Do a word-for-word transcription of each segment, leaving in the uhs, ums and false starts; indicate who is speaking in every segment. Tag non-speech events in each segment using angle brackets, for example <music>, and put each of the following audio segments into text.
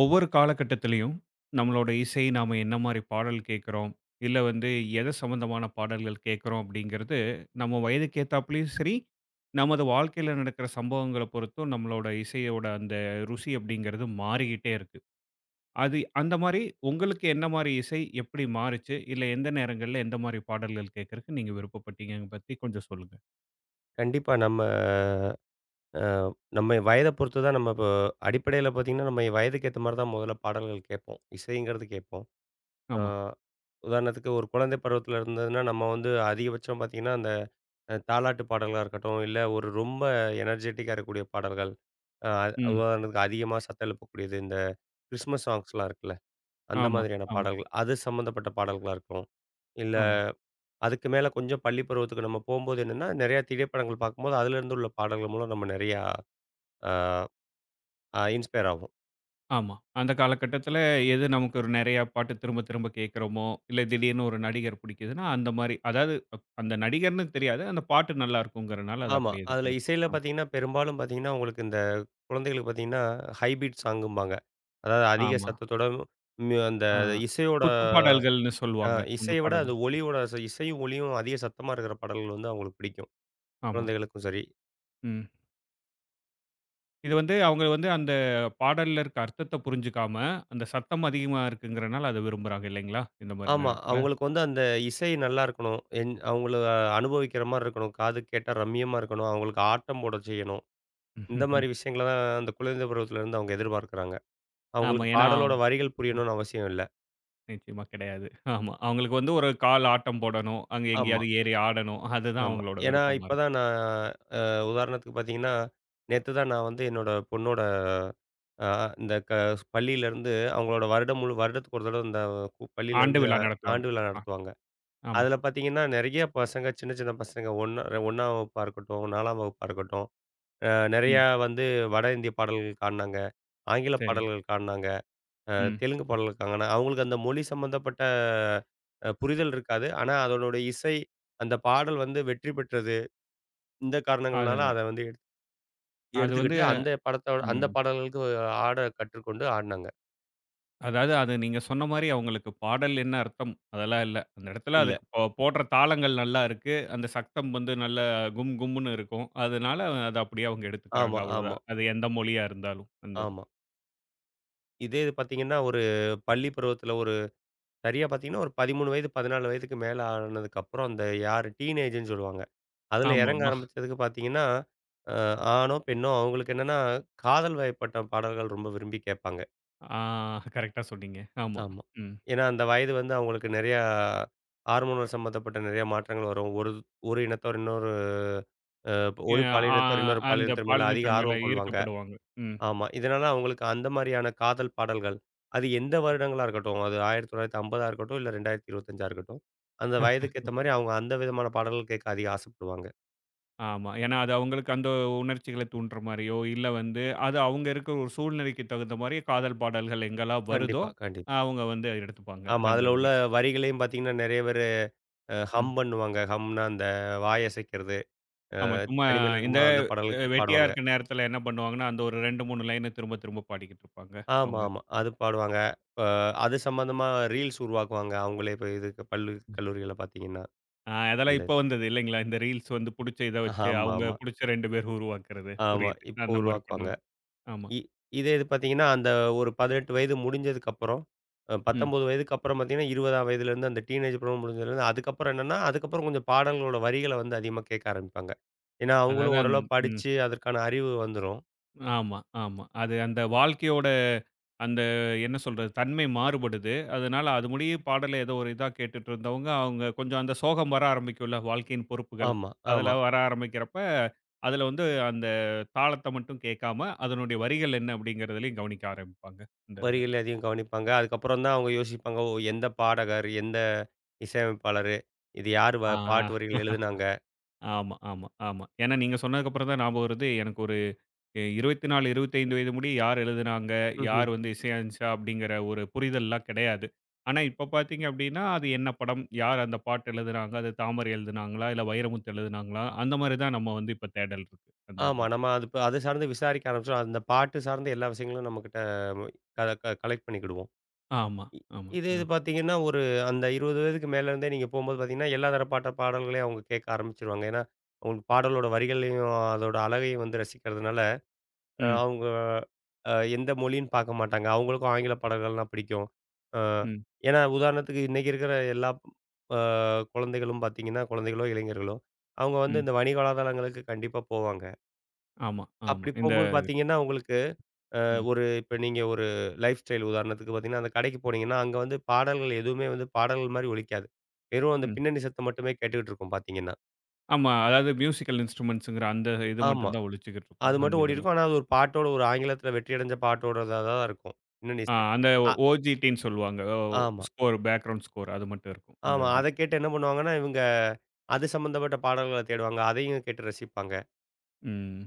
Speaker 1: ஒவ்வொரு காலகட்டத்திலயும் நம்மளோட இசை நாம என்ன மாரி பாடல் கேட்குறோம், இல்ல வந்து எது சம்மந்தமான பாடல்கள் கேட்குறோம் அப்படிங்கிறது, நம்ம வயதுக்கு ஏத்தாப்லயும் சரி, நமது வாழ்க்கையில நடக்கிற சம்பவங்கள பொறுத்தும் நம்மளோட இசையோட அந்த ருசி அப்படிங்கிறது மாறிக்கிட்டே இருக்கு. அது அந்த மாரி உங்களுக்கு என்ன மாரி இசை எப்படி மாறுச்சு? இல்ல எந்த நேரங்கள்ல எந்த மாரி பாடல்கள் கேட்கறக்கு நீங்க விருப்பப்பட்டீங்கன்னு பத்தி கொஞ்சம் சொல்லுங்க.
Speaker 2: கண்டிப்பா. நம்ம அ நம்ம வயத பொறுத்து தான் நம்ம இப்போ அடிப்படையில பார்த்தீங்கன்னா, நம்ம வயதுக்கு ஏத்த மாரி தான் முதல்ல பாடல்கள் கேட்போம். இசைங்கிறது கேட்போம். ஆ
Speaker 1: ஆமா.
Speaker 2: உதாரணத்துக்கு ஒரு குழந்தை பருவத்தில இருந்ததுன்னா, நம்ம வந்து அதிகபட்சம் பார்த்தீங்கன்னா, அந்த அ தாலாட்டு பாடல்களா இருக்கட்டும், இல்ல ஒரு ரொம்ப எனர்ஜெட்டிக்கா இருக்கக்கூடிய பாடல்கள். அ
Speaker 1: ம்.
Speaker 2: உதாரணத்துக்கு அதிகமா சத்தம் எழுப்பக்கூடியது இந்த கிறிஸ்மஸ் சாங்ஸ்லாம் இருக்குல்ல, அந்த
Speaker 1: ஆமா,
Speaker 2: மாதிரியான
Speaker 1: ஆமா,
Speaker 2: பாடல்கள். அது சம்மந்தப்பட்ட பாடல்களா இருக்கும். இல்ல
Speaker 1: ஆமா.
Speaker 2: அதுக்கு மேல கொஞ்சம் பள்ளி பருவத்துக்கு நம்ம போம்போது என்னன்னா, நெறையா திரைப்படங்கள் பார்க்கும்போது அதிலிருந்து உள்ள பாடல்கள் மூலம் நம்ம நெறையா ஆ, ஆ இன்ஸ்பயர் ஆகும்.
Speaker 1: ஆமா. அந்த காலகட்டத்தில எது நமக்கு ஒரு நெறையா பாட்டு திரும்ப திரும்ப கேட்கிறோமோ, இல்ல திடீர்னு ஒரு நடிகர் பிடிக்குதுன்னா, அந்த மாரி அதாவது அப் அந்த நடிகர்ன்னு தெரியாது. அந்த பாட்டு நல்லா இருக்குங்கிறனால அத
Speaker 2: ஆமா.
Speaker 1: அப்படியே இது
Speaker 2: அதில
Speaker 1: பண்ணிப்போம்.
Speaker 2: இசையில
Speaker 1: ஆமா.
Speaker 2: பார்த்தீங்கன்னா, பெரும்பாலும் பார்த்தீங்கன்னா, உங்களுக்கு இந்த குழந்தைகளுக்கு பார்த்தீங்கன்னா, ஹை பீட் சாங்கும்பாங்க. அதாவது அதிக
Speaker 1: ஆமா.
Speaker 2: சத்தத்தோட மு அந்த
Speaker 1: ஆ
Speaker 2: இசையோட
Speaker 1: குத்துப்பாடல்கள்னு
Speaker 2: அ
Speaker 1: சொல்லுவாங்க. அந்த
Speaker 2: இசைய விட
Speaker 1: பாடல்.
Speaker 2: அந்த ஒலியோட இசையும், ஒலியும் அதிக சத்தமா இருக்கிற பாடல்கள் வந்து அவங்களுக்கு பிடிக்கும்.
Speaker 1: ஆமா.
Speaker 2: குழந்தைகளுக்கும் சரி.
Speaker 1: ம். இது வந்து அவங்க வந்து அந்த பாடல்ல இருக்க அர்த்தத்த புரிஞ்சுக்காம, அந்த சத்தம் அதிகமா இருக்குங்கிறனால அத விரும்புறாங்க இல்லைங்களா? இந்த மாரி
Speaker 2: ஆமா.
Speaker 1: நேரத்தில.
Speaker 2: அவங்களுக்கு வந்து அந்த இசை நல்லா இருக்கணும். என் அவங்கள அனுபவிக்கிற மாரி இருக்கணும். காது கேட்டா ரம்மியமா இருக்கணும். அவங்களுக்கு ஆட்டம் போட செய்யணும். இந்த மாரி
Speaker 1: <laughs>
Speaker 2: விஷயங்கள தான் அந்த குழந்தை பருவத்திலேருந்து அவங்க எதிர்பார்க்குறாங்க.
Speaker 1: ஆமா.
Speaker 2: அவங்களுக்கு
Speaker 1: ஏன்னா
Speaker 2: பாடலோட வரிகள் புரியணும்னு அவசியம் இல்ல.
Speaker 1: நிச்சயமா கிடையாது. ஆமா. அவங்களுக்கு வந்து ஒரு கால் ஆட்டம் போடணும். அங்க
Speaker 2: ஆமா.
Speaker 1: எங்கேயாவது ஏறி ஆடணும். அதுதான்
Speaker 2: ஆமா.
Speaker 1: அவங்களோட
Speaker 2: ஏன்னா,
Speaker 1: விருப்பமா
Speaker 2: இப்ப
Speaker 1: இருக்கும்.
Speaker 2: தான் நான் அ உதாரணத்துக்கு பார்த்தீங்கன்னா, நேத்து தான் நான் வந்து என்னோட பொண்ணோட அ இந்த க பள்ளியிலேருந்து அவங்களோட வருடம் முழு வருடத்துக்கு ஒரு தடவ இந்த கு
Speaker 1: ஆண்டு
Speaker 2: பள்ளியிலேருந்து
Speaker 1: விழா நடத்துவாங்க.
Speaker 2: ஆண்டு விழா
Speaker 1: ஆ
Speaker 2: நடத்துவாங்க.
Speaker 1: ஆமா.
Speaker 2: அதில பார்த்தீங்கன்னா, நெறைய பசங்க சின்ன சின்ன பசங்க ஒண்ணா ஒன்றாம் வகுப்பா இருக்கட்டும், நான்காம் வகுப்பா இருக்கட்டும், அ நெறையா
Speaker 1: ம்.
Speaker 2: வந்து வட இந்திய பாடல்கள் பாடுனாங்க. ஆங்கில
Speaker 1: சரிங்க.
Speaker 2: பாடல்கள் பாடுனாங்க. அ
Speaker 1: ம்.
Speaker 2: தெலுங்கு பாடல்கள் பாடுனாங்க. அவங்களுக்கு அந்த மொழி சம்மந்தப்பட்ட அ புரிதல் இருக்காது. ஆனா, அதனுடைய இசை, அந்த பாடல் வந்து வெற்றி பெற்றது. இந்த காரணங்கள்னால
Speaker 1: அதுதான்.
Speaker 2: அத வந்து எடுத்
Speaker 1: அது வந்து
Speaker 2: எடுத்துக்கிட்டு அந்த படத்தோட அந்த
Speaker 1: ம்.
Speaker 2: பாடல்களுக்கு ஆட கற்றுக்கொண்டு ஆடுனாங்க.
Speaker 1: அதாவது அது நீங்க சொன்ன மாரி அவங்களுக்கு பாடல் என்ன அர்த்தம் அதெல்லாம் இல்ல. அந்த இடத்துல
Speaker 2: இல்ல.
Speaker 1: அதுக்கு போ போடுற தாளங்கள் நல்லா இருக்கு. அந்த சத்தம் வந்து நல்ல கும் கும்னு இருக்கும். அதனால அத அப்படியே அவங்க எடுத்துக்கிறாங்க
Speaker 2: ஆமா, ஆமா,
Speaker 1: அவ்வளோதான். அது எந்த மொழியா இருந்தாலும் அந்த இது.
Speaker 2: ஆமா. இதே இது பார்த்தீங்கன்னா, ஒரு பள்ளி பருவத்தில ஒரு சரியா பார்த்தீங்கன்னா, ஒரு பதிமூன்று வயது, பதினான்கு வயதுக்கு மேல ஆனதுக்கப்புறம் அந்த யாரு டீனேஜ்ன்னு சொல்லுவாங்க. அதில இறங்க
Speaker 1: ஆமாமா.
Speaker 2: ஆரம்பிச்சதுக்கு பார்த்தீங்கன்னா, அ ஆணோ, பெண்ணோ அவங்களுக்கு என்னன்னா, காதல் வயப்பட்ட பாடல்கள் ரொம்ப விரும்பி கேட்பாங்க.
Speaker 1: ஆ கரெக்ட்டா சொன்னீங்க. ஆமா.
Speaker 2: ஆமா.
Speaker 1: ம்.
Speaker 2: ஏன்னா, அந்த வயது வந்து அவங்களுக்கு நெறையா ஹார்மோனல் சம்மந்தப்பட்ட நெறைய மாற்றங்கள் வரும். ஒரு ஒரு இனத்தவர் இன்னொரு அ
Speaker 1: எ
Speaker 2: ஒரு
Speaker 1: ஆ
Speaker 2: பாலினத்தவர் இன்னொரு
Speaker 1: அந்த
Speaker 2: பாலினத்தின் மேல அதிக
Speaker 1: பாலினத்தினர் மேல
Speaker 2: ஆர்வம் கொள்வாங்க.
Speaker 1: ஈர்க்கப்படுவாங்க. ம்.
Speaker 2: ஆமா. இதனால அவங்களுக்கு அந்த மாரியான காதல் பாடல்கள், அது எந்த வருடங்களா இருக்கட்டும், அது ஆயிரத்து தொள்ளாயிரத்து ஐம்பதா இருக்கட்டும், இல்ல இரண்டாயிரத்து இருபத்தி ஐந்தா இருக்கட்டும், அந்த வயதுக்கு ஏத்த மாரி அவங்க அந்த விதமான பாடல்கள் கேட்க அதிக ஆசைப்படுவாங்க.
Speaker 1: ஆமா. ஏன்னா, அது அவங்களுக்கு அந்த உணர்ச்சிகள தூண்டுற மாரியோ, இல்ல வந்து அது அவங்க இருக்கிற ஒரு சூழ்நிலைக்கு தகுந்த மாரி காதல் பாடல்கள் எங்கெல்லாம் வருதோ,
Speaker 2: கண்டிப்பா, கண்டிப்பா.
Speaker 1: அவங்க வந்து எடுத்துப்பாங்க
Speaker 2: ஆமா.
Speaker 1: அந்த
Speaker 2: அதுல
Speaker 1: இதுல.
Speaker 2: உள்ள வரிகளையும் பார்த்தீங்கன்னா, நெறைய பேரு அ
Speaker 1: ம்.
Speaker 2: ஹம் பண்ணுவாங்க. ஹம்ன்னா அந்த வாயசைக்கிறது. அ
Speaker 1: ஆமா. சும்மா
Speaker 2: தனிமையில
Speaker 1: இந்த
Speaker 2: இருக்கும்போது அந்த
Speaker 1: அ
Speaker 2: பாடல்கள்
Speaker 1: வெட்டியா
Speaker 2: பாடுவாங்க.
Speaker 1: இருக்க நேரத்துல என்ன பண்ணுவாங்கன்னா, அந்த ஒரு இரண்டு, மூன்று லைன திரும்ப திரும்ப பாடிக்கிட்டு இருப்பாங்க
Speaker 2: ஆமா,
Speaker 1: அவங்க.
Speaker 2: ஆமா. அது பாடுவாங்க. அ அது சம்மந்தமா ரீல்ஸ் உருவாக்குவாங்க. அவங்களே இப்ப இதுக்கு பள்ளி கல்லூரிகள்ல பார்த்தீங்கன்னா,
Speaker 1: அ அதெல்லாம்
Speaker 2: இந்த
Speaker 1: இப்ப வந்தது இல்லைங்களா? இந்த ரீல்ஸ் வந்து புடிச்ச இத வச்சு
Speaker 2: ஆமாமா,
Speaker 1: அவங்க
Speaker 2: ஆமா.
Speaker 1: புடிச்ச 2 பேர் உருவாக்குறது.
Speaker 2: ஆமா
Speaker 1: புரியுது.
Speaker 2: இப்போ
Speaker 1: அந்த மாரி
Speaker 2: உருவாக்குவாங்க.
Speaker 1: பண்ணுவாங்க. ஆமா.
Speaker 2: இ இதே இது பார்த்தீங்கன்னா, அந்த ஒரு பதினெட்டு வயது முடிஞ்சதுக்கப்புறம், அ
Speaker 1: ம்.
Speaker 2: பத்தொன்பது வயதுக்கு அப்புறம் பார்த்தீங்கன்னா, இருபதாம் வயதிலேருந்து அந்த டீனேஜ் பருவம் முடிஞ்சதுலேருந்து அதுக்கப்புறம் என்னன்னா, அதுக்கப்புறம் கொஞ்சம் பாடல்களோட வரிகள வந்து அதிகமா கேட்க ஆரம்பிப்பாங்க. ஏன்னா, அவங்களும்
Speaker 1: அதாவது அந்
Speaker 2: ஓரளவு
Speaker 1: ம்.
Speaker 2: படிச்சு அதற்கான அறிவு வந்துரும்.
Speaker 1: ஆமா, ஆமா. அது அந்த வாழ்க்கையோட அந்த என்ன சொல்றது? தன்மை மாறுபடுது. அதனால அது முடிய பாடல ஏதோ ஒரு இதா கேட்டுட்டு இருந்தவங்க, அவங்க கொஞ்சம் அந்த சோகம் வர ஆரம்பிக்கும்ல, வாழ்க்கையின் பொறுப்புகள்.
Speaker 2: ஆமா, ஆமா.
Speaker 1: அதெல்லாம் வர ஆரம்பிக்கிறப்ப, அதுல வந்து அந்த தாளத்த மட்டும் கேட்காம, அதனுடைய வரிகள் என்ன அப்படிங்கிறதுலயும் கவனிக்க ஆரம்பிப்பாங்க, இந்த இதுல.
Speaker 2: வரிகள் அதையும் கவனிப்பாங்க. அதுக்கப்புறம் தான் அவங்க யோசிப்பாங்க. ஓ! எந்த பாடகர், எந்த இசையமைப்பாளரு, இது யாரு வ
Speaker 1: ஆ
Speaker 2: பாட்டு வரிகள் எழுதுனாங்க.
Speaker 1: ஆமா, ஆமா, ஆமா. ஏன்னா நீங்க சொன்னதுக்கு அப்புறம் தான் ஞாபகம் வருது, எனக்கு ஒரு எ இருபத்தி நான்கு, இருபத்தி ஐந்து வயது முடிய யார் எழுதுனாங்க?
Speaker 2: ம்ஹ்ம்.
Speaker 1: யார் வந்து இசையமைச்சா? அப்படிங்கிற ஒரு புரிதல்லாம் கிடையாது. ஆனா இப்ப பார்த்தீங்க அப்படின்னா, அது என்ன படம்? யார் அந்த பாட்டு எழுதுனாங்க? அது தாமரை எழுதுனாங்களா? இல்ல வைரமுத்து எழுதுனாங்களா? அந்த மாரி தான் நம்ம வந்து இப்ப தேடல் இருக்கு அந்த
Speaker 2: ஆமா.
Speaker 1: இதுல.
Speaker 2: நம்ம அது இப்ப அது சார்ந்து விசாரிக்க ஆரம்பிச்சோம். அந்த பாட்டு சார்ந்த எல்லா விஷயங்களும் நம்மகிட்ட க க கலெக்ட் பண்ணிக்கிடுவோம்.
Speaker 1: ஆமா,
Speaker 2: இ
Speaker 1: ஆமா.
Speaker 2: இதே இது
Speaker 1: ம்.
Speaker 2: பார்த்தீங்கன்னா, ஒரு அந்த இருபது வயதுக்கு மேல இருந்தே நீங்க போம்போது பார்த்தீங்கன்னா, எல்லா தரப்பட்ட பாடல்களையும் அவங்க கேட்க ஆரம்பிச்சுருவாங்க. ஏன்னா, அவங்களுக்கு பாடலோட வரிகளையும், அதோட அழகையும் வந்து ரசிக்கிறதுனால, அ
Speaker 1: ம்,
Speaker 2: அவங்க அ எந்த மொழின்னு பாக்க மாட்டாங்க. அவங்களுக்கும் ஆங்கில படங்கள்லாம் பிடிக்கும். அ
Speaker 1: ம்,
Speaker 2: ஏன்னா உதாரணத்துக்கு இன்னைக்கு இருக்கிற எல்லா அ குழந்தைகளும் பாத்தீங்கன்னா, குழந்தைகளோ, இளைஞர்களோ, அவங்க வந்து
Speaker 1: ம்.
Speaker 2: இந்த வணிக வலைதளங்களுக்கு கண்டிப்பா போவாங்க.
Speaker 1: ஆமா, ஆமா.
Speaker 2: அப்படி
Speaker 1: இந்த
Speaker 2: போம்போது பாத்தீங்கன்னா, உங்களுக்கு அஹ்,
Speaker 1: ம்,
Speaker 2: ஒரு இப்ப நீங்க ஒரு லைஃப் ஸ்டைல் உதாரணத்துக்கு பாத்தீங்கன்னா, அந்த கடைக்கு போனீங்கன்னா, அங்க வந்து பாடல்கள் எதுவுமே வந்து பாடல்கள் மாரி ஒலிக்காது. வெறும் அந்த
Speaker 1: ம்.
Speaker 2: பின்னணி சத்தம் மட்டுமே கேட்டுக்கிட்டு இருக்கும் பாத்தீங்கன்னா.
Speaker 1: ஆமா. அதாவது மியூசிக்கல் இன்ஸ்ட்ருமெண்ட்ஸ்ங்கிற அந்த இது
Speaker 2: ஆமா.
Speaker 1: மட்டும் தான் ஒழிச்சுக்கிட்டு இருக்கும்
Speaker 2: அது
Speaker 1: அந்த
Speaker 2: மட்டும்
Speaker 1: இதுல.
Speaker 2: ஓடிருக்கும். ஆனா அது ஒரு பாட்டோட ஒரு ஆங்கிலத்தில வெற்றி அடைஞ்ச பாட்டோடதா தான் இருக்கும். பின்னணி
Speaker 1: ஆ
Speaker 2: இசை.
Speaker 1: அந்த
Speaker 2: அ
Speaker 1: ஓஜிடின்னு சொல்லுவாங்க. ஓ
Speaker 2: ஆமா.
Speaker 1: ஸ்கோர் பேக்கிரவுண்ட் ஸ்கோர் அது மட்டும் இருக்கும் அந்த
Speaker 2: ஆமா.
Speaker 1: இதுல.
Speaker 2: அத கேட்டு என்ன பண்ணுவாங்கன்னா, இவங்க அது சம்மந்தப்பட்ட பாடல்கள தேடுவாங்க. அதையும் கேட்டு ரசிப்பாங்க.
Speaker 1: ம்.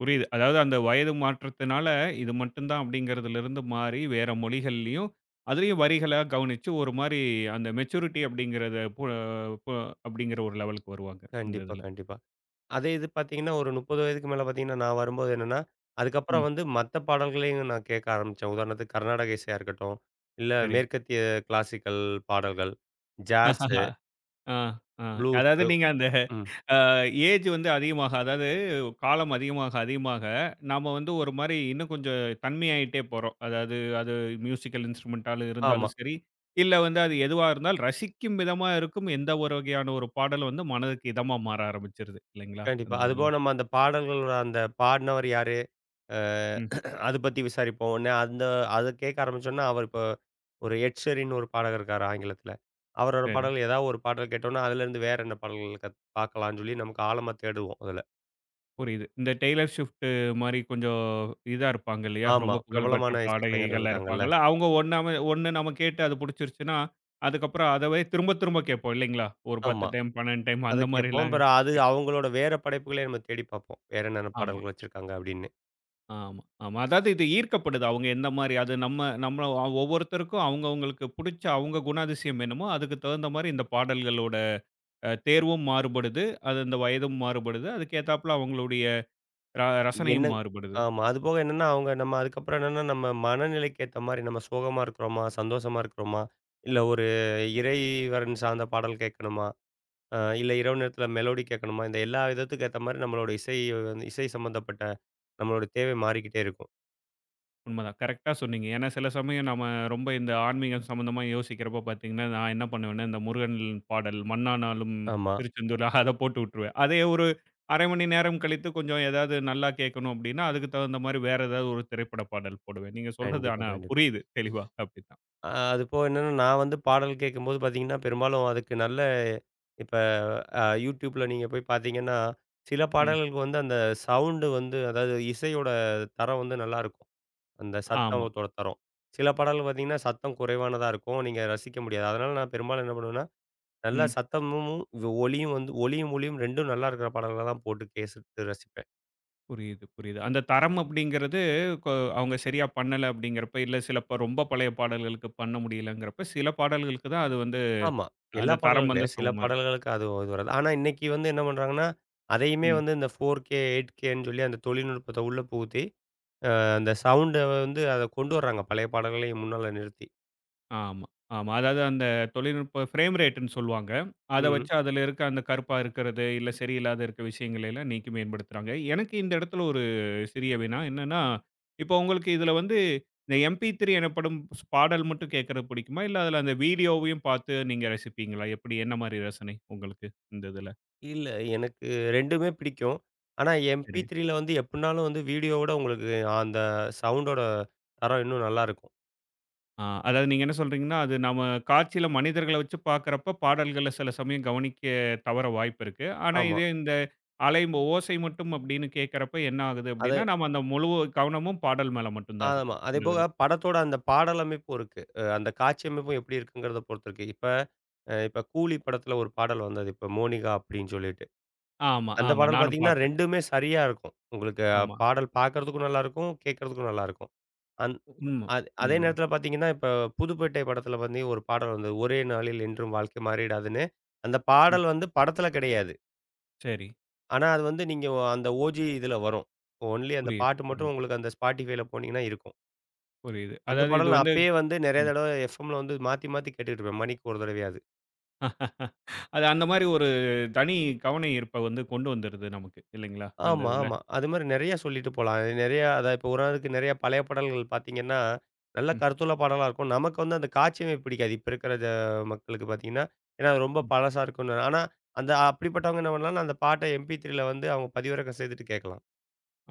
Speaker 1: புரியுது. அதாவது அந்த வயது மாற்றத்தினால இது மட்டும் தான் அப்படிங்கிறதிலிருந்து மாறி வேற மொழிகள்லயும், அதிலயும் வரிகளா கவனிச்சு ஒரு மாரி அந்த மெச்சூரிட்டி அப்படிங்கிறத பு பு அப்படிங்கிற ஒரு லெவலுக்கு வருவாங்க. இந்த
Speaker 2: கண்டிப்பா,
Speaker 1: இதுல.
Speaker 2: கண்டிப்பா. அதே இது பார்த்தீங்கன்னா, ஒரு முப்பது வயதுக்கு மேல பார்த்தீங்கன்னா, நான் வரும்போது என்னன்னா, அதுக்கப்புறம்
Speaker 1: ம்.
Speaker 2: வந்து மத்த பாடல்களையும் நான் கேட்க ஆரம்பிச்சேன். உதாரணத்துக்கு கர்நாடக இசையா இருக்கட்டும், இல்ல
Speaker 1: சரி.
Speaker 2: மேற்கத்திய கிளாசிக்கல் பாடல்கள், ஜாஸு,
Speaker 1: <laughs> ஆ, ஆ. அதாவது
Speaker 2: ப்ளூஸு
Speaker 1: நீங்க அந்த
Speaker 2: ம்.
Speaker 1: அ ஏஜ் வந்து அதிகமாக, அதாவது காலம் அதிகமாக, அதிகமாக நாம வந்து ஒரு மாரி இன்னும் கொஞ்சம் தன்மையாயிட்டே போறோம். அதாவது அது மியூசிக்கல் இன்ஸ்ட்ருமென்ட்டாலும்
Speaker 2: ஆமா.
Speaker 1: இருந்தாலும் சரி, இல்ல வந்து அது எதுவா இருந்தாலும் ரசிக்கும் விதமா இருக்கும். எந்த ஒரு வகையான ஒரு பாடலும் வந்து மனதுக்கு இதமா மாற ஆரம்பிச்சுருது இல்லைங்களா?
Speaker 2: கண்டிப்பா.
Speaker 1: அந்த இதுல.
Speaker 2: அதுபோக நம்ம அந்த பாடல்களோட அந்த பாடுனவர் யாரு? அ
Speaker 1: ம்.
Speaker 2: அது பத்தி விசாரிப்போம். உடனே அந்த அத கேட்க ஆரம்பிச்சோம்னா, அவர் இப்போ ஒரு எட் ஷீரின்னு ஒரு பாடகர் இருக்காரு ஆங்கிலத்தில. அவரோட
Speaker 1: சரி.
Speaker 2: பாடல் ஏதாவது ஒரு பாடல் கேட்டோம்னா, அதுலேருந்து வேற என்ன பாடல்கள் கத் பார்க்கலான்னு சொல்லி நமக்கு ஆழமா தேடுவோம் அதுல.
Speaker 1: புரியுது. இந்த டெய்லர் ஷிஃப்ட் மாரி கொஞ்சம் இதா இருப்பாங்க இல்லையா?
Speaker 2: ஆமா.
Speaker 1: ரொம்ப புகழ் பெற்ற
Speaker 2: பிரபலமான இசைக்கலைஞர்கள்
Speaker 1: பாடகிகளா
Speaker 2: இருக்காங்கல்ல.
Speaker 1: இருப்பாங்கல்ல. அவங்க ஒண்ணாம ஒண்ணு நம்ம கேட்டு அது புடிச்சிருச்சுன்னா, அதுக்கப்புறம் அதவே திரும்ப திரும்ப கேட்போம் இல்லைங்களா? ஒரு 10
Speaker 2: ஆமா.
Speaker 1: டைம், 12 டைம்
Speaker 2: அத
Speaker 1: அந்த
Speaker 2: கேட்போம்.
Speaker 1: மாரிலாம்
Speaker 2: பிறகு அது
Speaker 1: இருக்கு.
Speaker 2: அவங்களோட வேற படைப்புகளே நம்ம தேடி பார்ப்போம். வேற என்னென்ன
Speaker 1: ஆமா,
Speaker 2: பாடல்கள் வச்சிருக்காங்க அப்படின்னு.
Speaker 1: ஆமா, ஆமா. அதாவது இது ஈர்க்கப்படுது. அவங்க எந்த மாரி அது நம்ம நம்ம ஒ- ஒவ்வொருத்தருக்கும் அவங்கவங்களுக்கு புடிச்ச அவங்க குணாதிசயம் என்னமோ, அதுக்கு தகுந்த மாரி இந்த பாடல்களோட அ தேர்வும் மாறுபடுது. அது அந்த வயதும் மாறுபடுது. அதுக்கு ஏத்தாப்புல அவங்களுடைய ர ரசனையும்
Speaker 2: என்னங்
Speaker 1: மாறுபடுது.
Speaker 2: ஆமா. அதுபோக என்னன்னா, அவங்க நம்ம அதுக்கப்புறம் என்னன்னா, நம்ம மனநிலைக்கு ஏத்த மாரி நம்ம சோகமா இருக்கிறோமா? சந்தோஷமா இருக்கிறோமா? இல்ல ஒரு இறைவன் சார்ந்த பாடல் கேட்கணுமா? அ இல்ல இரவு நேரத்தில மெலோடி கேட்கணுமா? இந்த எல்லா விதத்துக்கு ஏத்த மாரி நம்மளோட இசை வந்து இசை சம்மந்தப்பட்ட நம்மளோட தேவை மாறிக்கிட்டே இருக்கும்.
Speaker 1: உண்மதான். கரெக்ட்டா சொன்னீங்க. ஏன்னா, சில சமயம் நம்ம ரொம்ப இந்த ஆன்மீகம் சம்மந்தமா யோசிக்கிறப்போ பார்த்தீங்கன்னா, நான் என்ன பண்ணுவேன்னா, இந்த முருகன் பாடல் "மண்ணானாலும்
Speaker 2: ஆமா.
Speaker 1: திருச்செந்தூர்" அத போட்டு விட்டுருவேன். அதே ஒரு 1/2 மணி நேரம் கழித்து கொஞ்சம் ஏதாவது நல்லா கேட்கணும் அப்டின்னா, அதுக்கு தகுந்த மாரி வேற ஏதாவது ஒரு திரைப்பட பாடல் போடுவேன். நீங்க சொல்றது
Speaker 2: கண்டிப்பா,
Speaker 1: ஆனா
Speaker 2: கண்டிப்பா.
Speaker 1: புரியுது தெளிவா அப்டிதான்.
Speaker 2: அ அதுபோக என்னன்னா, நான் வந்து பாடல் கேட்கும்போது பார்த்தீங்கன்னா, பெரும்பாலும் அதுக்கு நல்ல இப்ப அ YouTubeல நீங்க போய் பார்த்தீங்கன்னா, சில
Speaker 1: ம்.
Speaker 2: பாடல்களுக்கு வந்து அந்த சவுண்டு வந்து அதாவது இசையோட தரம் வந்து நல்லாருக்கும். அந்த
Speaker 1: ஆமா.
Speaker 2: சத்தத்தோட தரம். சில பாடல்கள் பார்த்தீங்கன்னா, சத்தம் குறைவானதா இருக்கும். நீங்க ரசிக்க முடியாது. அதனால நான் பெரும்பாலும் என்ன பண்ணுவேன்னா, நல்லா
Speaker 1: ம்.
Speaker 2: சத்தமும், வி- ஒலியும் வந்து ஒலியும், ஒளியும் ரெண்டும் நல்லா இருக்கிற பாடல்கள தான் போட்டு கேட்டு ரசிப்பேன்.
Speaker 1: புரியுது, புரியுது. அந்த தரம் அப்டிங்கிறது கொ அவங்க சரியா பண்ணல அப்டிங்கிறப்ப, இல்ல சில ப ரொம்ப பழைய பாடல்களுக்கு பண்ண முடியலங்கிறப்ப, சில பாடல்களுக்கு தான் அது வந்து
Speaker 2: ஆமா. எல்லா
Speaker 1: அந்த
Speaker 2: பாடல்களும்
Speaker 1: தரம் வந்து
Speaker 2: கிடையாது. சில
Speaker 1: சமமா இருக்கு.
Speaker 2: பாடல்களுக்கு அது இது வராது. ஆனா இன்னைக்கு வந்து என்ன பண்றாங்கன்னா, அதையுமே
Speaker 1: ம்.
Speaker 2: வந்து இந்த four K, 8Kன்னு சொல்லி அந்த தொழில்நுட்பத்த உள்ள புகுத்தி, அந்த சவுண்ட வந்து அத கொண்டு வர்றாங்க. பழைய பாடல்களையும் முன்னால நிறுத்தி.
Speaker 1: ஆமா, ஆமா. அதாவது அந்த தொழில்நுட்ப ஃப்ரேம் ரேட்ன்னு சொல்லுவாங்க. அத
Speaker 2: ம்.
Speaker 1: வச்சு அதுல இருக்க அந்த கருப்பா இருக்கிறது, இல்ல சரியில்லாத இருக்க விஷயங்கள எல்லாம் நீக்கி மேம்படுத்துறாங்க. எனக்கு இந்த இடத்துல ஒரு சிறிய வினா என்னன்னா, இப்போ உங்களுக்கு இதுல வந்து இந்த எம் பி த்ரீ எனப்படும் ஸ் பாடல் மட்டும் கேட்கறது பிடிக்குமா? இல்ல அதுல அந்த வீடியோவையும் பார்த்து நீங்க ரசிப்பீங்களா? எப்படி என்ன மாரி ரசனை உங்களுக்கு இந்த இதுல?
Speaker 2: இல்ல. எனக்கு ரெண்டுமே பிடிக்கும். ஆனா MP3ல வந்து எப்புட்னாலும் வந்து வீடியோவோட உங்களுக்கு அந்த சவுண்டோட தரம் இன்னும் நல்லாருக்கும்.
Speaker 1: ஆ, அதாவது நீங்க என்ன சொல்றீங்கன்னா, அது நம்ம காட்சியில மனிதர்கள வச்சு பார்க்கிறப்ப, பாடல்கள சில சமயம் கவனிக்க தவற வாய்ப்பு இருக்கு. ஆனா,
Speaker 2: ஆமா.
Speaker 1: இதே இந்த அலை ஓசை மட்டும் அப்படின்னு கேட்கிறப்ப என்ன ஆகுது
Speaker 2: அது
Speaker 1: அப்படின்னா, நம்ம அந்த முழு கவனமும் பாடல் மேல மட்டும் தான்
Speaker 2: ஆமா.
Speaker 1: இருக்கும். இந்த
Speaker 2: அதேபோக
Speaker 1: இதுல.
Speaker 2: படத்தோட அந்த பாடல் அமைப்பும் இருக்கு. அ அந்த காட்சி அமைப்பும் எப்டி இருக்குங்கிறத பொறுத்து இருக்கு. இப்ப அ இப்ப கூலி படத்துல ஒரு பாடல் வந்தது. இப்ப மோனிகா அப்டின்னு சொல்லிட்டு.
Speaker 1: ஆமா,
Speaker 2: அந்த
Speaker 1: ஆமா.
Speaker 2: பாடல்
Speaker 1: நானும்
Speaker 2: பாத்தீங்கன்னா
Speaker 1: பார்த்தேன்.
Speaker 2: ரெண்டுமே சரியா இருக்கும். உங்களுக்கு அஹ்
Speaker 1: ஆமா.
Speaker 2: பாடல் பாக்கறதுக்கும் நல்லாருக்கும், கேக்கறதுக்கும் நல்லாருக்கும். அந்
Speaker 1: உண்ம.
Speaker 2: அது அதே
Speaker 1: ம்,
Speaker 2: நேரத்தில பார்த்தீங்கன்னா, இப்ப புதுப்பேட்டை படத்தில வந்து ஒரு பாடல் வந்தது. ஒரே நாளில் என்றும் வாழ்க்கை மாறிடாதுன்னு. அந்த
Speaker 1: ம்.
Speaker 2: பாடல் வந்து படத்தில கிடையாது.
Speaker 1: சரி.
Speaker 2: ஆனா, அது வந்து நீங்க அந்த ஓஜி இதில வரும். ஒன்லி அந்த
Speaker 1: புரியுது,
Speaker 2: பாட்டு மட்டும்
Speaker 1: புரியுது,
Speaker 2: உங்களுக்கு அந்த Spotifyல போனீங்கன்னா இருக்கும்.
Speaker 1: புரியுது.
Speaker 2: அந்த
Speaker 1: அதாவது இது
Speaker 2: பாடல் நான்
Speaker 1: வந்து
Speaker 2: அப்பயே வந்து நெறைய
Speaker 1: ம்.
Speaker 2: தடவ எஃப்எம்ல வந்து மாத்தி மாத்தி கேட்டுட்டு இருப்பேன். மணிக்கு ஒரு தடவையாவது.
Speaker 1: <laughs> அது அந்த மாரி ஒரு தனி கவன ஈர்ப்ப வந்து கொண்டு வந்துருது நமக்கு. இல்லைங்களா? அந்த
Speaker 2: ஆமா,
Speaker 1: இதுல.
Speaker 2: ஆமா. அது மாரி நெறைய சொல்லிட்டு போலாம். நெறையா அத இப்போ உதாரணத்துக்கு நெறைய பழைய பாடல்கள் பார்த்தீங்கன்னா, நல்ல
Speaker 1: ம்.
Speaker 2: கருத்துள்ள பாடலா இருக்கும். நமக்கு வந்து அந்த காட்சியமைப்பு பிடிக்காது. இப்ப இருக்கிற ஜ மக்களுக்கு பார்த்தீங்கன்னா, ஏன்னா அது ரொம்ப பழசா இருக்குன்னு. ஆனா, அந்த அப்படிப்பட்டவங்க என்ன பண்ணலாம்னா, அந்த பாட்ட MP3 ல வந்து அவங்க பதிவிறக்கம் செய்துட்டு கேட்கலாம்.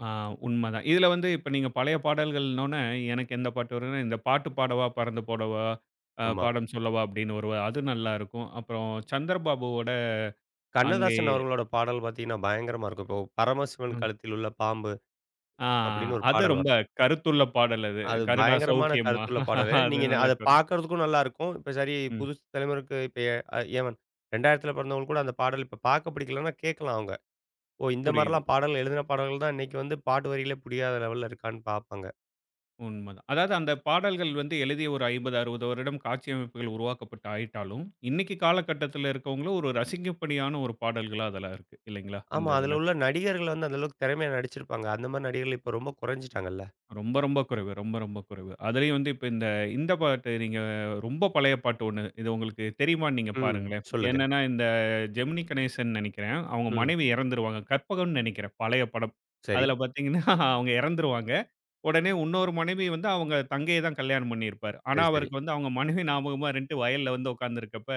Speaker 1: ஆ உண்மதான். இதுல வந்து இப்ப நீங்க பழைய பாடல்கள்னோனே, எனக்கு எந்த பாட்டு வரும்னா, இந்த "பாட்டு பாடவா பறந்து போடவா, அ
Speaker 2: ஆமா.
Speaker 1: பாடம் சொல்லவா" அப்படின்னு ஒரு அது நல்லாருக்கும். அப்புறம் சந்திரபாபுவோட "அங்கே"
Speaker 2: கண்ணதாசன் அவர்களோட பாடல் பார்த்தீங்கன்னா, பயங்கரமா இருக்கும். இப்போ "பரமசிவன்
Speaker 1: ம்.
Speaker 2: கழுத்தில் உள்ள பாம்பு"
Speaker 1: ஆ
Speaker 2: அப்படின்னு ஒரு
Speaker 1: அது
Speaker 2: பாடல்
Speaker 1: ரொம்ப
Speaker 2: வரும்.
Speaker 1: கருத்துள்ள பாடல் அது.
Speaker 2: அது
Speaker 1: "கருடா
Speaker 2: பயங்கரமான
Speaker 1: சௌக்கியமா"
Speaker 2: கருத்துள்ள பாடலு.
Speaker 1: <laughs> அது
Speaker 2: நீங்க
Speaker 1: நல்ல
Speaker 2: அத
Speaker 1: கரு
Speaker 2: பார்க்கறதுக்கும் நல்லாருக்கும். இப்ப சரி
Speaker 1: ம்.
Speaker 2: புதுசு தலைமுறைக்கு இப்ப எ ஏவன் இரண்டாயிரத்துல பிறந்தவங்களுக்கு கூட அந்த பாடல் இப்ப பார்க்க பிடிக்கலன்னா கேட்கலாம் அவங்க. ஓ! இந்த
Speaker 1: புரியுது.
Speaker 2: மாரிலாம் பாடல் எழுதின பாடல்கள் தான் இன்னைக்கு வந்து பாட்டு வரிகளே புரியாத லெவல்ல இருக்கான்னு பார்ப்பாங்க.
Speaker 1: உண்மதான். அதாவது அந்த பாடல்கள் வந்து எழுதிய ஒரு ஐம்பது, அறுபது வருடம் காட்சியமைப்புகள் உருவாக்கப்பட்டு ஆயிட்டாலும், இன்னைக்கு காலகட்டத்துல இருக்கவங்களும் ஒரு ரசிக்கும்படியான ஒரு பாடல்களா அதெல்லாம் இருக்கு. இல்லைங்களா? இந்த
Speaker 2: ஆமா.
Speaker 1: இதுல.
Speaker 2: அதுல உள்ள நடிகர்கள் வந்து அந்த அளவுக்கு திறமையா நடிச்சிருப்பாங்க. அந்த மாரி நடிகர்கள் இப்ப ரொம்ப குறைஞ்சுட்டாங்கல்ல.
Speaker 1: ரொம்ப, ரொம்ப குறைவு. ரொம்ப, ரொம்ப குறைவு. அதுலயும் வந்து இப்ப இந்த இந்த பாட்டு நீங்க ரொம்ப பழைய பாட்டு ஒண்ணு. இது உங்களுக்கு தெரியுமான்னு நீங்க
Speaker 2: ம்.
Speaker 1: பாருங்களேன்.
Speaker 2: சொல்லுங்க.
Speaker 1: என்னன்னா, இந்த ஜெமினி கணேசன் நெனைக்கிறேன். அவங்க
Speaker 2: ம்.
Speaker 1: மனைவி இறந்துருவாங்க. கற்பகம்னு நெனைக்கிறேன். பழைய படம்.
Speaker 2: சரி,
Speaker 1: அதுல பாத்தீங்கன்னா, <laughs> அவங்க இறந்துருவாங்க. உடனே உன்னொரு மனைவி வந்து அவங்க தங்கைய தான் கல்யாணம் பண்ணியிருப்பாரு. ஆனா,
Speaker 2: சரி, சரி.
Speaker 1: அவருக்கு வந்து அவங்க மனைவி ஞாபகமா இருந்துட்டு வயல்ல வந்து உட்கார்ந்திருக்கப்ப,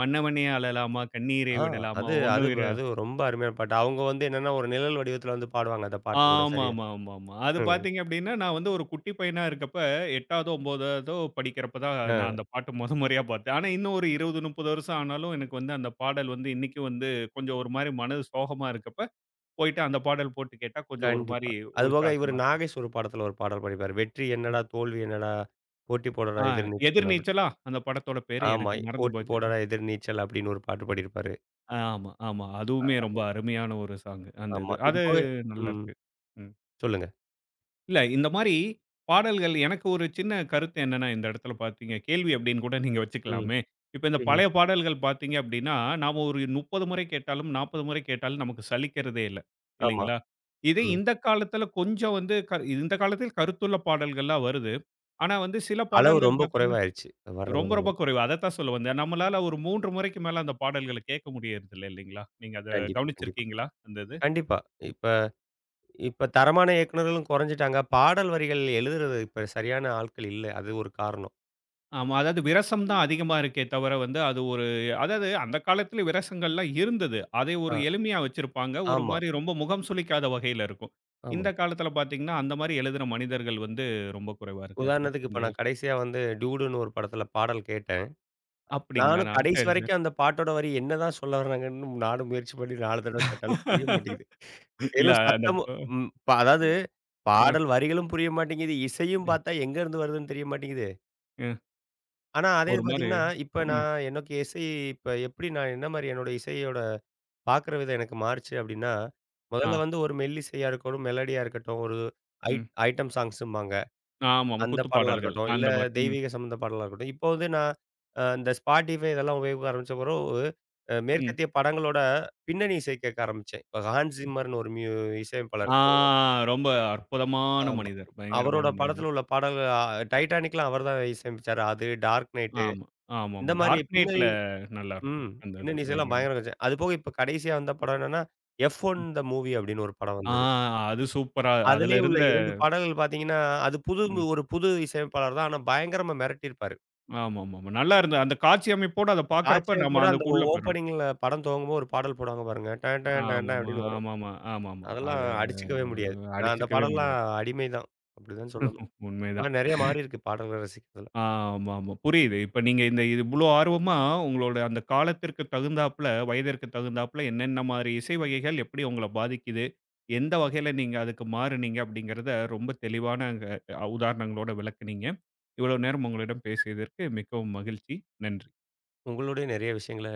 Speaker 1: "மன்னவனே அழலாமா, கண்ணீரை
Speaker 2: ஆ
Speaker 1: விடலாமா,
Speaker 2: அது அது
Speaker 1: ஒண்ணும் இரு."
Speaker 2: அது ரொம்ப அருமையான பாட்டு. அவங்க வந்து என்னன்னா ஒரு நிழல் வடிவத்துல வந்து பாடுவாங்க அந்த பாட்டு கூட சரியா.
Speaker 1: ஆமாமாமாமா. அது
Speaker 2: ம்.
Speaker 1: பார்த்தீங்க அப்டின்னா, நான் வந்து ஒரு குட்டி பையனா இருக்கப்ப எட்டாவதோ, ஒன்பதாவதோ படிக்கிறப்ப தான் நான்
Speaker 2: அ.
Speaker 1: அந்த பாட்ட மொத முறையா பார்த்தேன். ஆனா இன்னும் ஒரு இருபது, முப்பது வருஷம் ஆனாலும் எனக்கு வந்து அந்த பாடல் வந்து இன்னைக்கும் வந்து கொஞ்சம் ஒரு மாரி மனது சோகமா இருக்கப்ப, போயிட்டு அந்த பாடல் போட்டு கேட்டா கொஞ்சம் ஒரு
Speaker 2: கண்டிப்பா.
Speaker 1: மாரி
Speaker 2: அதுபோக இவரு
Speaker 1: உற்சாகமா இருக்கும்.
Speaker 2: நாகேஷ் ஒரு படத்துல ஒரு பாடல் பாடியிருப்பாரு. "வெற்றி என்னடா, தோல்வி என்னடா, போட்டி போடடா
Speaker 1: ஆ
Speaker 2: எதிர் நீச்சல்" அப்படி.
Speaker 1: "எதிர்நீச்சலா" அந்த படத்தோட பேரு.
Speaker 2: ஆமா.
Speaker 1: எனக்கு மறந்து
Speaker 2: "போட்டி
Speaker 1: போச்சு.
Speaker 2: போடடா எதிர் நீச்சல்" அப்படின்னு ஒரு பாட்டு பாடியிருப்பாரு.
Speaker 1: ஆமா, ஆமா. அதுவுமே ரொம்ப அருமையான ஒரு சாங் அந்த இது.
Speaker 2: ஆமா. இது
Speaker 1: அது
Speaker 2: போக ம்.
Speaker 1: நல்லாருக்கு. ம்.
Speaker 2: சொல்லுங்க.
Speaker 1: இல்ல, இந்த மாரி பாடல்கள் எனக்கு ஒரு சின்ன கருத்து என்னன்னா, இந்த இடத்துல பார்த்தீங்க கேள்வி அப்படின்னு கூட நீங்க
Speaker 2: ம்.
Speaker 1: வச்சுக்கலாமே. இப்ப இந்த
Speaker 2: ம்.
Speaker 1: பழைய பாடல்கள் பார்த்தீங்க அப்படின்னா, நாம ஒரு முப்பது முறை கேட்டாலும், நாற்பது முறை கேட்டாலும் நமக்கு சலிக்கிறதே இல்ல.
Speaker 2: ஆமா.
Speaker 1: இல்லைங்களா? இதே
Speaker 2: ம்.
Speaker 1: இந்த காலத்துல கொஞ்சம் வந்து க இந்த காலத்தில் கருத்துள்ள பாடல்கள்லாம் வருது. ஆனா வந்து சில
Speaker 2: அளவு
Speaker 1: பாடல்கள்
Speaker 2: ரொம்ப
Speaker 1: பார்த்தீங்கன்னா,
Speaker 2: குறைவாயிருச்சு. வர்றதோட
Speaker 1: ரொம்ப ரொம்ப
Speaker 2: அளவு.
Speaker 1: குறைவு. அதத்தான் சொல்ல வந்தேன். நம்மளால ஒரு மூன்று முறைக்கு மேல அந்த பாடல்கள கேட்க முடியறதில்ல இல்லைங்களா? நீங்க அத
Speaker 2: கண்டிப்பா, கண்டிப்பா.
Speaker 1: கவனிச்சிருக்கீங்களா? அந்த இது?
Speaker 2: கண்டிப்பா. இப்ப இப்ப தரமான இயக்குனர்களும் குறைஞ்சுட்டாங்க. பாடல் வரிகள் எழுதுறது இப்ப சரியான ஆட்கள் இல்ல. அது ஒரு காரணம்.
Speaker 1: ஆமா. அதாவது விரசம் தான் அதிகமா இருக்கே தவிர வந்து, அது ஒரு அதாவது அந்த காலத்துல விரசங்கள்லாம் இருந்தது. அதை ஒரு
Speaker 2: ஆ.
Speaker 1: எளிமையா வச்சிருப்பாங்க. ஒரு
Speaker 2: ஆமா,
Speaker 1: மாரி ரொம்ப முகம் சுளிக்காத வகையில இருக்கும்.
Speaker 2: ஆமா.
Speaker 1: இந்த காலத்துல பாத்தீங்கன்னா, அந்த மாரி எழுதுன மனிதர்கள் வந்து ரொம்ப குறைவா இருக்காங்க.
Speaker 2: உதாரணத்துக்கு
Speaker 1: இந்த
Speaker 2: இப்ப
Speaker 1: இதுல.
Speaker 2: நான் கடைசியா வந்து "டூடுன்னு" ஒரு படத்துல பாடல் கேட்டேன்.
Speaker 1: அப்படிங்களா?
Speaker 2: நானும்
Speaker 1: நான்
Speaker 2: கடைசி
Speaker 1: சரி, சரி.
Speaker 2: வரைக்கும் அந்த பாட்டோட வரி என்னதான் சொல்ல வராங்கன்னு நானும் முயற்சி பண்ணி நான்கு தடவ கேட்டாலும் புரிய மாட்டேங்குது.
Speaker 1: <laughs> இல்ல
Speaker 2: வெறும்
Speaker 1: அந்த ப
Speaker 2: சத்தமும் ம் ப அதாவது
Speaker 1: ம்,
Speaker 2: பாடல் வரிகளும் புரிய மாட்டேங்குது. இசையும்
Speaker 1: ம்,
Speaker 2: பார்த்தா எங்கேருந்து வருதுன்னு தெரிய மாட்டேங்குது.
Speaker 1: ம்.
Speaker 2: ஆனா அதே
Speaker 1: ஒரு
Speaker 2: இது
Speaker 1: மாரி
Speaker 2: பார்த்தீங்கன்னா, இப்ப
Speaker 1: ம்.
Speaker 2: நான் எனக்கு இசை இப்ப எப்படி நான் என்ன மாரி என்னோட இசையோட பார்க்குற விதம் எனக்கு மாறுச்சு அப்படின்னா, முதல்ல
Speaker 1: ஆ,
Speaker 2: வந்து ஒரு மெல்லிசையா இருக்கணும், மெலடியா இருக்கட்டும், ஒரு
Speaker 1: ம்.
Speaker 2: ஐட் ஐட்டம் சாங்ஸ்ம்பாங்க.
Speaker 1: ஆமாமா.
Speaker 2: அந்த பாடலா
Speaker 1: குத்துப்பாடல்கள்.
Speaker 2: இருக்கட்டும். இல்ல
Speaker 1: அந்த மாரி. ம்,
Speaker 2: தெய்வீக சம்மந்த பாடலா இருக்கட்டும். இப்போ வந்து நான் அ இந்த Spotify இதெல்லாம் உபயோகிக்க ஆரம்பிச்ச பிறவு, அ
Speaker 1: ம்.
Speaker 2: மேற்கத்திய படங்களோட பின்னணி இசை கேட்க ஆரம்பிச்சேன். இப்ப ஹான்ஸ் சிம்மர்ன்னு ஒரு மியூ இசையமைப்பாளர்
Speaker 1: ஆ
Speaker 2: இருக்காரு.
Speaker 1: ரொம்ப அற்புதமான
Speaker 2: ஆமா.
Speaker 1: மனிதர். பயங்கரமான
Speaker 2: அவரோட படத்துல
Speaker 1: மனிதர்.
Speaker 2: உள்ள பாடல்கள் அ டைட்டானிக்லாம் அவர் தான் இசையமைச்சாரு. அது டார்க் நைட்டு
Speaker 1: ஆமா, ஆமாமா.
Speaker 2: இந்த மாரி
Speaker 1: டார்க் நைட்ல
Speaker 2: பின்னணி
Speaker 1: நல்லாருக்கும்.
Speaker 2: ம்.
Speaker 1: அந்த இது
Speaker 2: பின்னணி இசைலாம்
Speaker 1: பயங்கரம்.
Speaker 2: பயங்கரமா இருந்துச்சு. அதுபோக இப்ப கடைசியா வந்த படம் என்னன்னா, எஃப் ஒன் த மூவி அப்படின்னு ஒரு படம்
Speaker 1: ஆ
Speaker 2: வந்தது.
Speaker 1: அது சூப்பரா அதுல
Speaker 2: அதிலயே உள்ள
Speaker 1: இருந்த
Speaker 2: இரண்டு பாடல்கள் பார்த்தீங்கன்னா, அது புது
Speaker 1: ம்.
Speaker 2: ஒரு புது இசையமைப்பாளர் தான். ஆனா பயங்கரமா மிரட்டியிருப்பாரு.
Speaker 1: ஆமாமாமா. நல்லா இருந்தது. அந்த காட்சி அமைப்போட அத பார்க்கறப்ப
Speaker 2: ஆர்ச்சே
Speaker 1: நம்ம
Speaker 2: கூட அந்த
Speaker 1: அதுக்குள்ள போயிருவோம்.
Speaker 2: ஓப்பனிங்ல படம் துவங்கும்போது ஒரு பாடல் போடுவாங்க பாருங்க. டன் டன் டன் டன்
Speaker 1: ஆமாமா,
Speaker 2: அப்படின்னு வரும்.
Speaker 1: ஆமாமா, ஆமாமா.
Speaker 2: அதெல்லாம்
Speaker 1: அது அத
Speaker 2: அடிச்சுக்கவே முடியாது. நான் அந்த
Speaker 1: அடிச்சுக்கவே
Speaker 2: பாடல்லாம்
Speaker 1: முடியாது.
Speaker 2: அடிமை தான். அப்படிதான் சொல்லணும். இந்த
Speaker 1: உண்மைதான்.
Speaker 2: மாரி நெறைய மாறியிருக்கு பாடல்கள ரசிக்கிறதுல.
Speaker 1: ஆமாமா. புரியுது. இப்ப நீங்க இந்த இது இவ்ளோ ஆர்வமா உங்களோட அந்த காலத்திற்கு தகுந்தாப்புல, வயதிற்கு தகுந்தாப்புல என்னென்ன மாரி இசை வகைகள் எப்படி உங்கள பாதிக்குது? எந்த வகையில நீங்க அதுக்கு மாறுனீங்க அப்படிங்கிறத ரொம்ப தெளிவான அ உதாரணங்களோட விளக்குனீங்க. இவ்வளவு நேரம் உங்களிடம் பேசியதற்கு மிகவும் மகிழ்ச்சி. நன்றி.
Speaker 2: உங்களுடைய நெறைய விஷயங்கள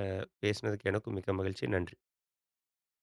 Speaker 2: பேசினதுக்கு எனக்கும் மிக்க மகிழ்ச்சி. நன்றி.